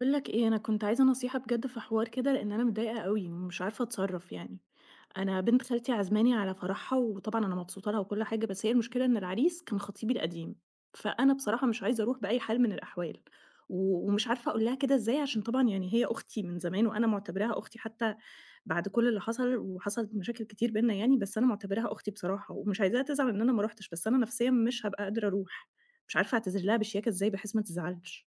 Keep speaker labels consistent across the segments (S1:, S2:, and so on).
S1: باقول لك إيه، أنا كنت عايزة نصيحة بجد في حوار كده، لإن أنا متضايقة أوي ومش عارفة أتصرّف يعني. أنا بنت خالتي عازماني على فرحها، وطبعًا أنا مبسوطة لها وكل حاجة، بس هي المشكلة إن العريس كان خطيبي القديم، فأنا بصراحة مش عايزة أروح بأي حال من الأحوال، و ومش عارفة أقول لها كده إزاي، عشان طبعًا يعني هي أختي من زمان وأنا معتبراها أختي حتى بعد كل اللي حصل، وحصلت مشاكل كتير بيننا يعني، بس أنا معتبراها أختي بصراحة، ومش عايزاها تزعل إن أنا ما رُحتش، بس أنا نفسيًا مش هابقى قادرة أروح، مش عارفة أعتذر لها بشياكة إزاي بحيث ما تزعلش.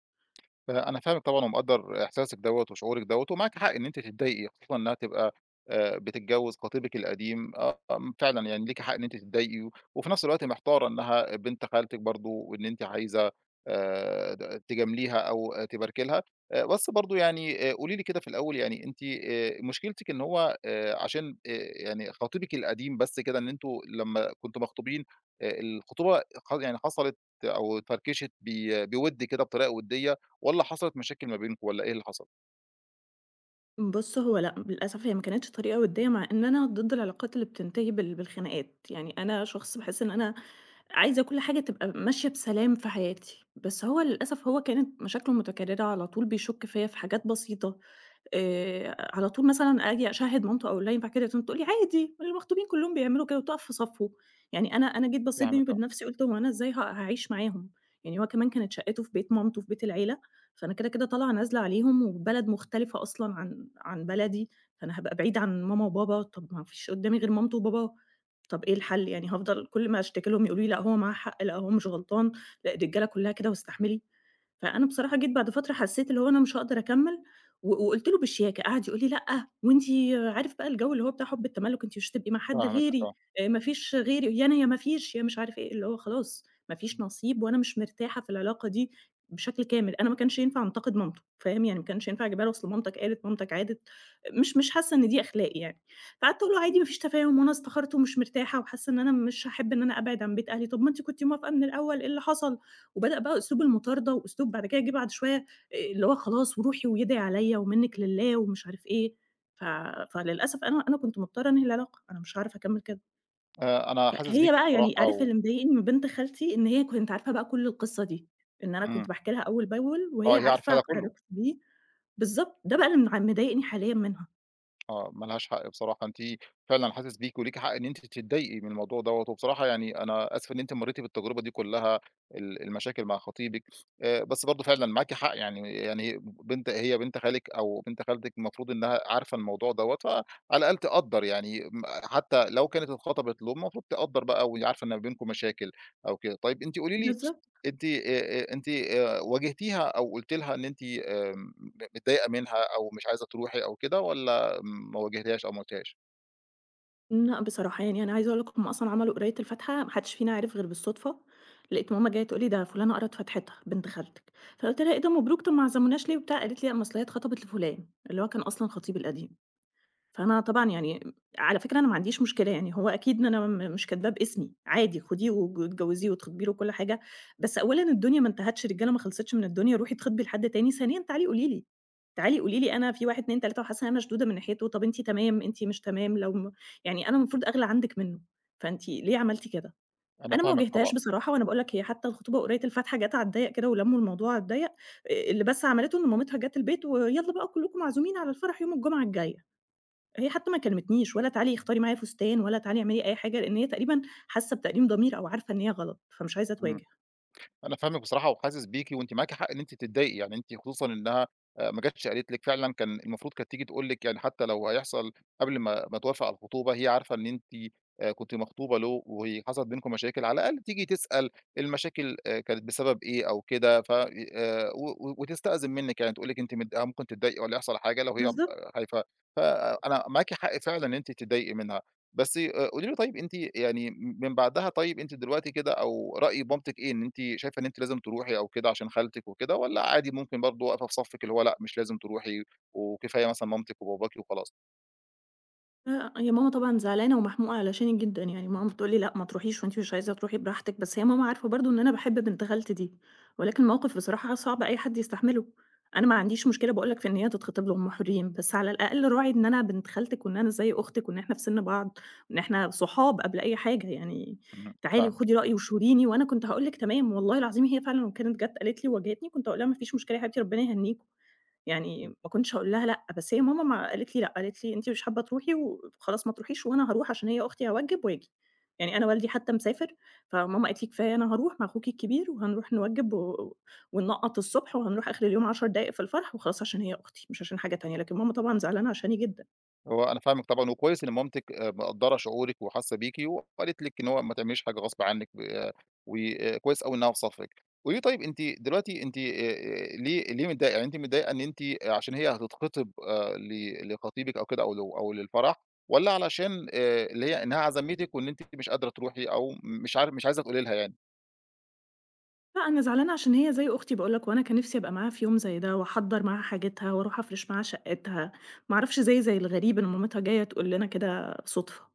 S2: فأنا فاهمِك طبعًا ومقدّر إحساسِك دوّة وشعورِك دوّة، ومعاكِ حق إن أنتِ تتضايقي خصوصًا إنها تبقى بتتجوّز خطيبِك القديم. آه، فعلًا يعني ليكِ حق إن أنتِ تتضايقي، وفي نفس الوقت محتارة إنها بنت خالتِك برضه وإن أنتِ عايزة د تجامليها أو تباركي لها. بس برضه يعني قولي لي كده في الأول، يعني أنتِ مشكلتِك إن هو عشان يعني خطيبِك القديم، بس كده إن أنتم لمّا كنتم مخطوبين الخطوبة يعني حصلت أو اتفركشت بود كده بطريقة ودية؟ والّا حصلت مشاكل ما بينكم، والّا إيه اللي حصل؟
S1: بُص، هو لأ، للأسف هي ما كانتش طريقة وِدّية، مع إن أنا ضد العلاقات اللي بتنتهي بالخناقات، يعني أنا شخص باحس إن أنا عايزة كل حاجة تبقى ماشية بسلام في حياتي، بس هو للأسف هو كانت مشاكله متكررة على طول بيشُك فيّا في حاجات بسيطة، على طول مثلًا آجي أشهِّد مامته أو اللي ينفع كده، تقوم تقول لي: "عادي، المخطوبين كلّهم بيعملوا كده." وتُقف في صفّه. يعني أنا جيت بصّيت بيني
S2: فاهمِك، آه.
S1: وبين نَفْسي قُلت هو أنا إزاي هاعيش معاهم؟ يعني هو كمان كانت شقته في بيت مامته، في بيت العيلة، فأنا كده، كده طالعة نازلة عليهم وبلد مختلفة أصلًا عن بلدي، فأنا هابقى بعيدة عن ماما وبابا، طَب ما فيش قُدّامي غير مامته وباباه، طَب إيه الحل؟ يعني هافضل كل ما أشتكي لهم يقولوا لي: "لأ، هو معاه حق، لأ، هو مش غلطان، لأ، الرجالة كُلّها كده واستحملي." فأنا بصراحة جيت بعد فترة حسيت اللي هو أنا مش هاقدر أكمّل، و وقُلت له بالشياكة، قعد يقول لي: "لأ، وأنتِ عارف بقى الجو اللي هو بتاع حُب التملُّك، أنتِ مش هتبقي مع حد
S2: فاهمِك،
S1: غيري،
S2: آه.
S1: ما فيش غيري، يا أنا يا ما فيش، يا مش عارف إيه." اللي هو خلاص ما فيش
S2: إمم.
S1: نصيب وأنا مش مرتاحة في العلاقة دي بشكل كامل، أنا ما كانش ينفع أنتقد مامته، فاهم، يعني ما كانش ينفع أجيبها له أصل مامتك قالت، مامتك عادت، مش حاسة إن دي أخلاق يعني. فقعدت أقول له: "عادي ما فيش تفاهم وأنا استخرت ومش مرتاحة وحاسة إن أنا مش هاحب إن أنا أبعد عن بيت أهلي." "طَب ما أنتِ كنتِ موافقة من الأول، إيه اللي حصل؟" وبدأ بقى أسلوب المطاردة وأسلوب بعد كده جِه بعد شوية اللي هو خلاص وروحي ويدعي عليّا ومنِّك لله ومش عارف إيه، ف فللأسف أنا كنت مضطرة أنهي العلاقة، أنا مش هاعرف أكمّل كده.
S2: أنا حاسس
S1: فهي
S2: بيكِ
S1: بقى يعني
S2: بصراحة
S1: عارف اللي مضايقني من بنت خالتي إن هي كنت عارفة بقى كل القصة دي، إن أنا
S2: إمم.
S1: كنت باحكي لها أول بأول وهي
S2: آه، هي عارفة ده
S1: عارفة
S2: كلّه.
S1: علاقتي بيه بالضبط، ده بقى اللي مضايقني حاليًا منها.
S2: آه، ما لهاش حق بصراحة. أنتِ فعلًا حاسس بيكِ وليكِ حق إن أنتِ تتضايقي من الموضوع دوّة، وبصراحة يعني أنا آسف إن أنتِ مرّيتِ بالتجربة دي كلّها، المشاكل مع خطيبِك. بس برضه فعلًا معاكِ حق، يعني هي بنت خالِك أو بنت خالتِك المفروض إنها عارفة الموضوع دوّة، فعلى الأقل تقدّر، يعني حتى لو كانت اتخطبت له المفروض تقدّر بقى وهي عارفة إن ما بينكم مشاكل أو كده. طيب أنتِ قولي لي،
S1: بالضبط.
S2: أنتِ آآ، أنتِ واجهتيها أو قُلتِ لها إن أنتِ آمم، م متضايقة منها أو مش عايزة تروحي أو كده، والّا ما واجهتيهاش أو ما قُلتيهاش؟
S1: لأ بصراحة، يعني أنا عايزة أقول لك هُم أصلًا عملوا قراية الفاتحة ما حدش فينا عرف غير بالصدفة، لقيت ماما جاية تقول لي: "ده فلانة قرأت فاتحتها بنت خالتك." فقُلت لها: "إيه ده مبروك طب ما عزموناش ليه وبتاع؟" قالت لي: "لأ ما أصل هي اتخطبت لفلان." اللي هو كان أصلًا خطيبي القديم. فأنا طبعًا يعني على فكرة أنا ما عنديش مشكلة، يعني هو أكيد إن أنا مش كاتباه باسمي، عادي خديه واتجوّزيه واتخطبي له وكل حاجة، بس أولًا الدنيا ما انتهتش، رجالة ما خلصتش من الدنيا، روحي اتخطبي لحد تاني، ثانيًا تعالي قولي لي، تعالي قولي لي أنا في 1، 2، 3 وحاسة إن أنا مشدودة من ناحيته، طَب أنتِ تمام، أنتِ مش تمام، لو م يعني أنا المفروض أغلى عنِّك منه، فأنتِ ليه عملتِ كده؟
S2: أنا
S1: أنا ما
S2: فاهمِك طبعًا.
S1: واجهتهاش بصراحة، وأنا باقول لك هي حتى الخطوبة قريّة الفاتحة جات على الضيّق كده ولمّوا الموضوع على الضيّق، اللي بس عملته إن مامتها جات البيت ويالّا بقى كلّكم معزومين على الفرح يوم الجمعة الجاية. هي حتى ما كلمتنيش ولا تعالي اختاري معايا فستان ولا تعالي اعملي أي حاجة، لإن هي تقريبًا حاسة بتأنيب ضمير أو عارفة إن هي غلط، فمش عايزة
S2: إمم.
S1: تواجه.
S2: أنا فاهمِك بصراحة وحاسس بيكِ، وأنتِ معاكِ حق إن أنتِ تتضايقي. يعني أنتِ خصوصًا إنها ما جاتش قالت لِك، فعلًا كان المفروض كانت تيجي تقول لِك، يعني حتى لو هيحصل قبل ما توافق على الخطوبة، هي عارفة إن أنتِ كنتِ مخطوبة له وحصلت بينكم مشاكل، على الأقل تيجي تسأل المشاكل كانت بسبب إيه أو كده، ف و و وتستأذن منِّك، يعني تقول لِك أنتِ ممكن تتضايقي والّا يحصل حاجة لو هي
S1: بالضبط.
S2: خايفة. فأنا معاكِ حق فعلًا إن أنتِ تتضايقي منها. بس قولي لي، طيب أنتِ يعني من بعدها، طيب أنتِ دلوقتي كده، أو رأي مامتِك إيه؟ إن أنتِ شايفة إن أنتِ لازم تروحي أو كده عشان خالتِك وكده، والّا عادي ممكن برضه واقفة في صفِّك، اللي هو لأ مش لازم تروحي وكفاية مثلًا مامتِك وباباكِ وخلاص؟
S1: هي ماما طبعًا زعلانة ومحموقة علشانِك جدًا، يعني ماما بتقول لي: "لأ، ما تروحيش وأنتِ مش عايزة تروحي براحتِك." بس هي ماما عارفة برضه إن أنا باحب بنت خالتي دي، ولكن موقف بصراحة صعب أي حد يستحمله. أنا ما عنديش مشكلة باقول لك في إن هي تتخطب لهم حرين، بس على الأقل راعي إن أنا بنت خالتِك وإن أنا زي أختِك وإن إحنا في سِن بعض، وإن إحنا صحاب قبل أي حاجة يعني،
S2: اهم،
S1: تعالي
S2: فاهمِك.
S1: وخدي رأيي وشوريني، وأنا كنت هاقول لِك تمام والله العظيم هي فعلًا لو كانت جات قالت لي وواجهتني كنت هاقول لها: "ما فيش مشكلة يا حبيبتي ربنا يهنيكم." يعني ما كنتش هاقول لها لأ، بس هي ماما ما قالت لي لأ، قالت لي: "أنتِ مش حابة تروحي وخلاص ما تروحيش وأنا هاروح عشان هي أختي هاوجّب وآجي." يعني أنا والدي حتى مسافر، فماما قالت لي: "كفاية أنا هاروح مع أخوكِ الكبير وهنروح نوجّب و وننقّط الصبح وهنروح آخر اليوم 10 دقايق في الفرح وخلاص عشان هي أختي، مش عشان حاجة تانية." لكن ماما طبعًا زعلانة عشاني جدًا.
S2: هو أنا فاهمِك طبعًا، وكويس إن مامتِك مقدّرة شعورِك وحاسة بيكِ، وقالت لِك إن هو ما تعمليش حاجة غصب عنِك وكويس أوي إنها في صفِّك. قولي لي، طيب أنتِ دلوقتي أنتِ ليه متضايقة؟ يعني أنتِ متضايقة إن أنتِ عشان هي هتتخطب ل لخطيبِك أو كده، أو ل أو للفرح، والّا علشان اللي هي إنها عزمتِك وإن أنتِ مش قادرة تروحي، أو مش عايزة تقولي لها يعني؟
S1: لأ، أنا زعلانة عشان هي زي أختي باقول لك، وأنا كان نفسي أبقى معاها في يوم زي ده، وأحضّر معاها حاجتها، وأروح أفرش معاها شقتها، ما أعرفش زي الغريب إن مامتها جاية تقول لنا كده صُدفة،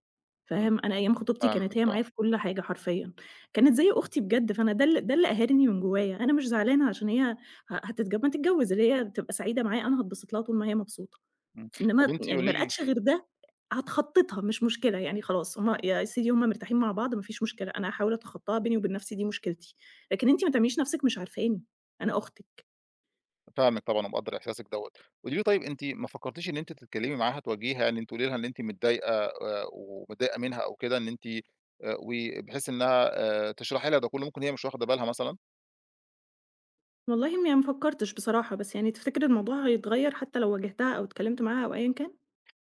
S2: إمم.
S1: فاهم؟ أنا أيام خطوبتي كانت
S2: فاهمِك،
S1: هي
S2: آه.
S1: معايا في كل حاجة حرفيًا، كانت زي أختي بجد، فأنا ده ده اللي قاهرني من جوايا، أنا مش زعلانة عشان هي ه هتتج ما تتجوّز اللي هي تبقى سعيدة معايا، أنا هاتبسط لها طول ما هي مبسوطة.
S2: إمم. طب
S1: إنما
S2: أنتِ
S1: يعني ما
S2: قولي لي،
S1: لقتش غير ده، هاتخطّيتها مش مشكلة، يعني خلاص هُم يا سيدي هُم مرتاحين مع بعض ما فيش مشكلة، أنا هاحاول أتخطّاها بيني وبين نَفْسي دي مشكلتي، لكن أنتِ ما تعمليش نَفْسِك مش عارفاني، أنا أختِك.
S2: فاهمِك طبعًا ومقدّر إحساسِك دوّة. قولي لي، طيب أنتِ ما فكّرتيش إن أنتِ تتكلّمي معاها تواجهيها، إن أنتِ تقولي لها إن أنتِ متضايقة ومتضايقة منها أو كده، إن أنتِ وبحيث إنها تشرحي لها ده كُلّه، ممكن هي مش واخدة بالها مثلًا؟
S1: والله يعني ما فكّرتش بصراحة، بس يعني تفتكر الموضوع هيتغيّر حتى لو واجهتها أو اتكلّمت معاها أو أيًا كان؟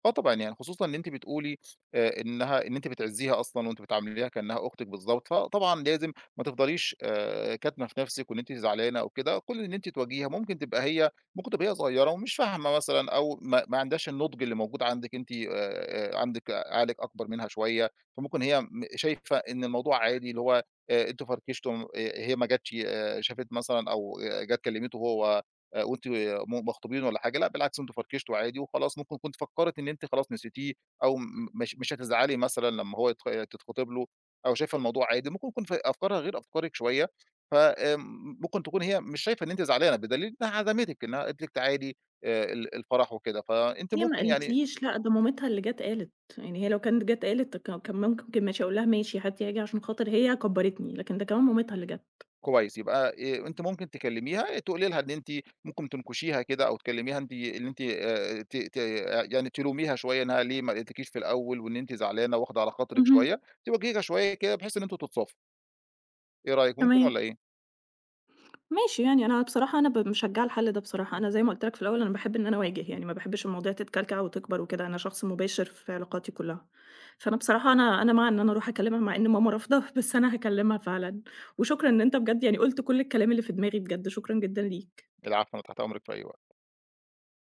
S2: آه طبعًا، يعني خصوصًا إن أنتِ بتقولي إنها إن أنتِ بتعزّيها أصلًا وأنتِ بتعامليها كإنها أختِك بالضبط، فطبعًا لازم ما تفضليش كاتمة في نَفْسِك وإن أنتِ زعلانة أو كده. كل إن أنتِ تواجهيها، ممكن تبقى هي صغيّرة ومش فاهمة مثلًا، أو ما عندهاش النُضْج اللي موجود عندِك. أنتِ عندِك عقلِك أكبر منها شوية، فممكن هي شايفة إن الموضوع عادي، اللي هو أنتم فركشتم، هي ما جاتش شافت مثلًا، أو جات كلّمته هو وأنتِ مخطوبين والّا حاجة. لأ بالعكس، أنتم فركشتوا عادي وخلاص. ممكن كنتِ فكّرِت إن أنتِ خلاص نسيتيه، أو م مش مش هتزعلي مثلًا لمّا هو تتخطب له، أو شايفة الموضوع عادي. ممكن يكون أفكارها غير أفكارِك شوية، ف ممكن تكون هي مش شايفة إن أنتِ زعلانة، بدليل إنها عزمتِك، إنها قالت لِك تعالي ال الفرح وكده، فأنتِ
S1: هي ما
S2: ممكن يعني
S1: قالتليش لأ، ده مامتها اللي جات قالت، يعني هي لو كانت جات قالت كان ممكن ماشي أقول لها ماشي هاتي هاجي عشان خاطر هي كبّرتني، لكن ده كمان مامتها اللي جات.
S2: كويس، يبقى أنتِ ممكن تكلميها إيه، تقولي لها إن أنتِ ممكن تنكشيها كده، أو تكلميها أنتِ إن أنتِ ت ت يعني تلوميها شوية إنها ليه ما لقيتكيش في الأول، وإن أنتِ زعلانة واخدة على خاطرِك
S1: اهم،
S2: شوية، تواجهيها شوية كده بحيث إن أنتم تتصافوا. إيه رأيك، ممكن والّا
S1: تمام.
S2: إيه؟
S1: ماشي، يعني أنا بصراحة أنا ب مشجّعة الحل ده بصراحة، أنا زي ما قُلت لك في الأول أنا باحب إن أنا أواجه، يعني ما باحبش المواضيع تتكلكع وتكبر وكده، أنا شخص مباشر في علاقاتي كلّها، فأنا بصراحة أنا مع إن أنا أروح أكلمها مع إن ماما رافضة، بس أنا هاكلمها فعلًا، وشكرًا إن أنت بجد يعني قُلت كل الكلام اللي في دماغي بجد، شكرًا جدًا ليك.
S2: العفو، أنا تحت أمرِك في أي وقت.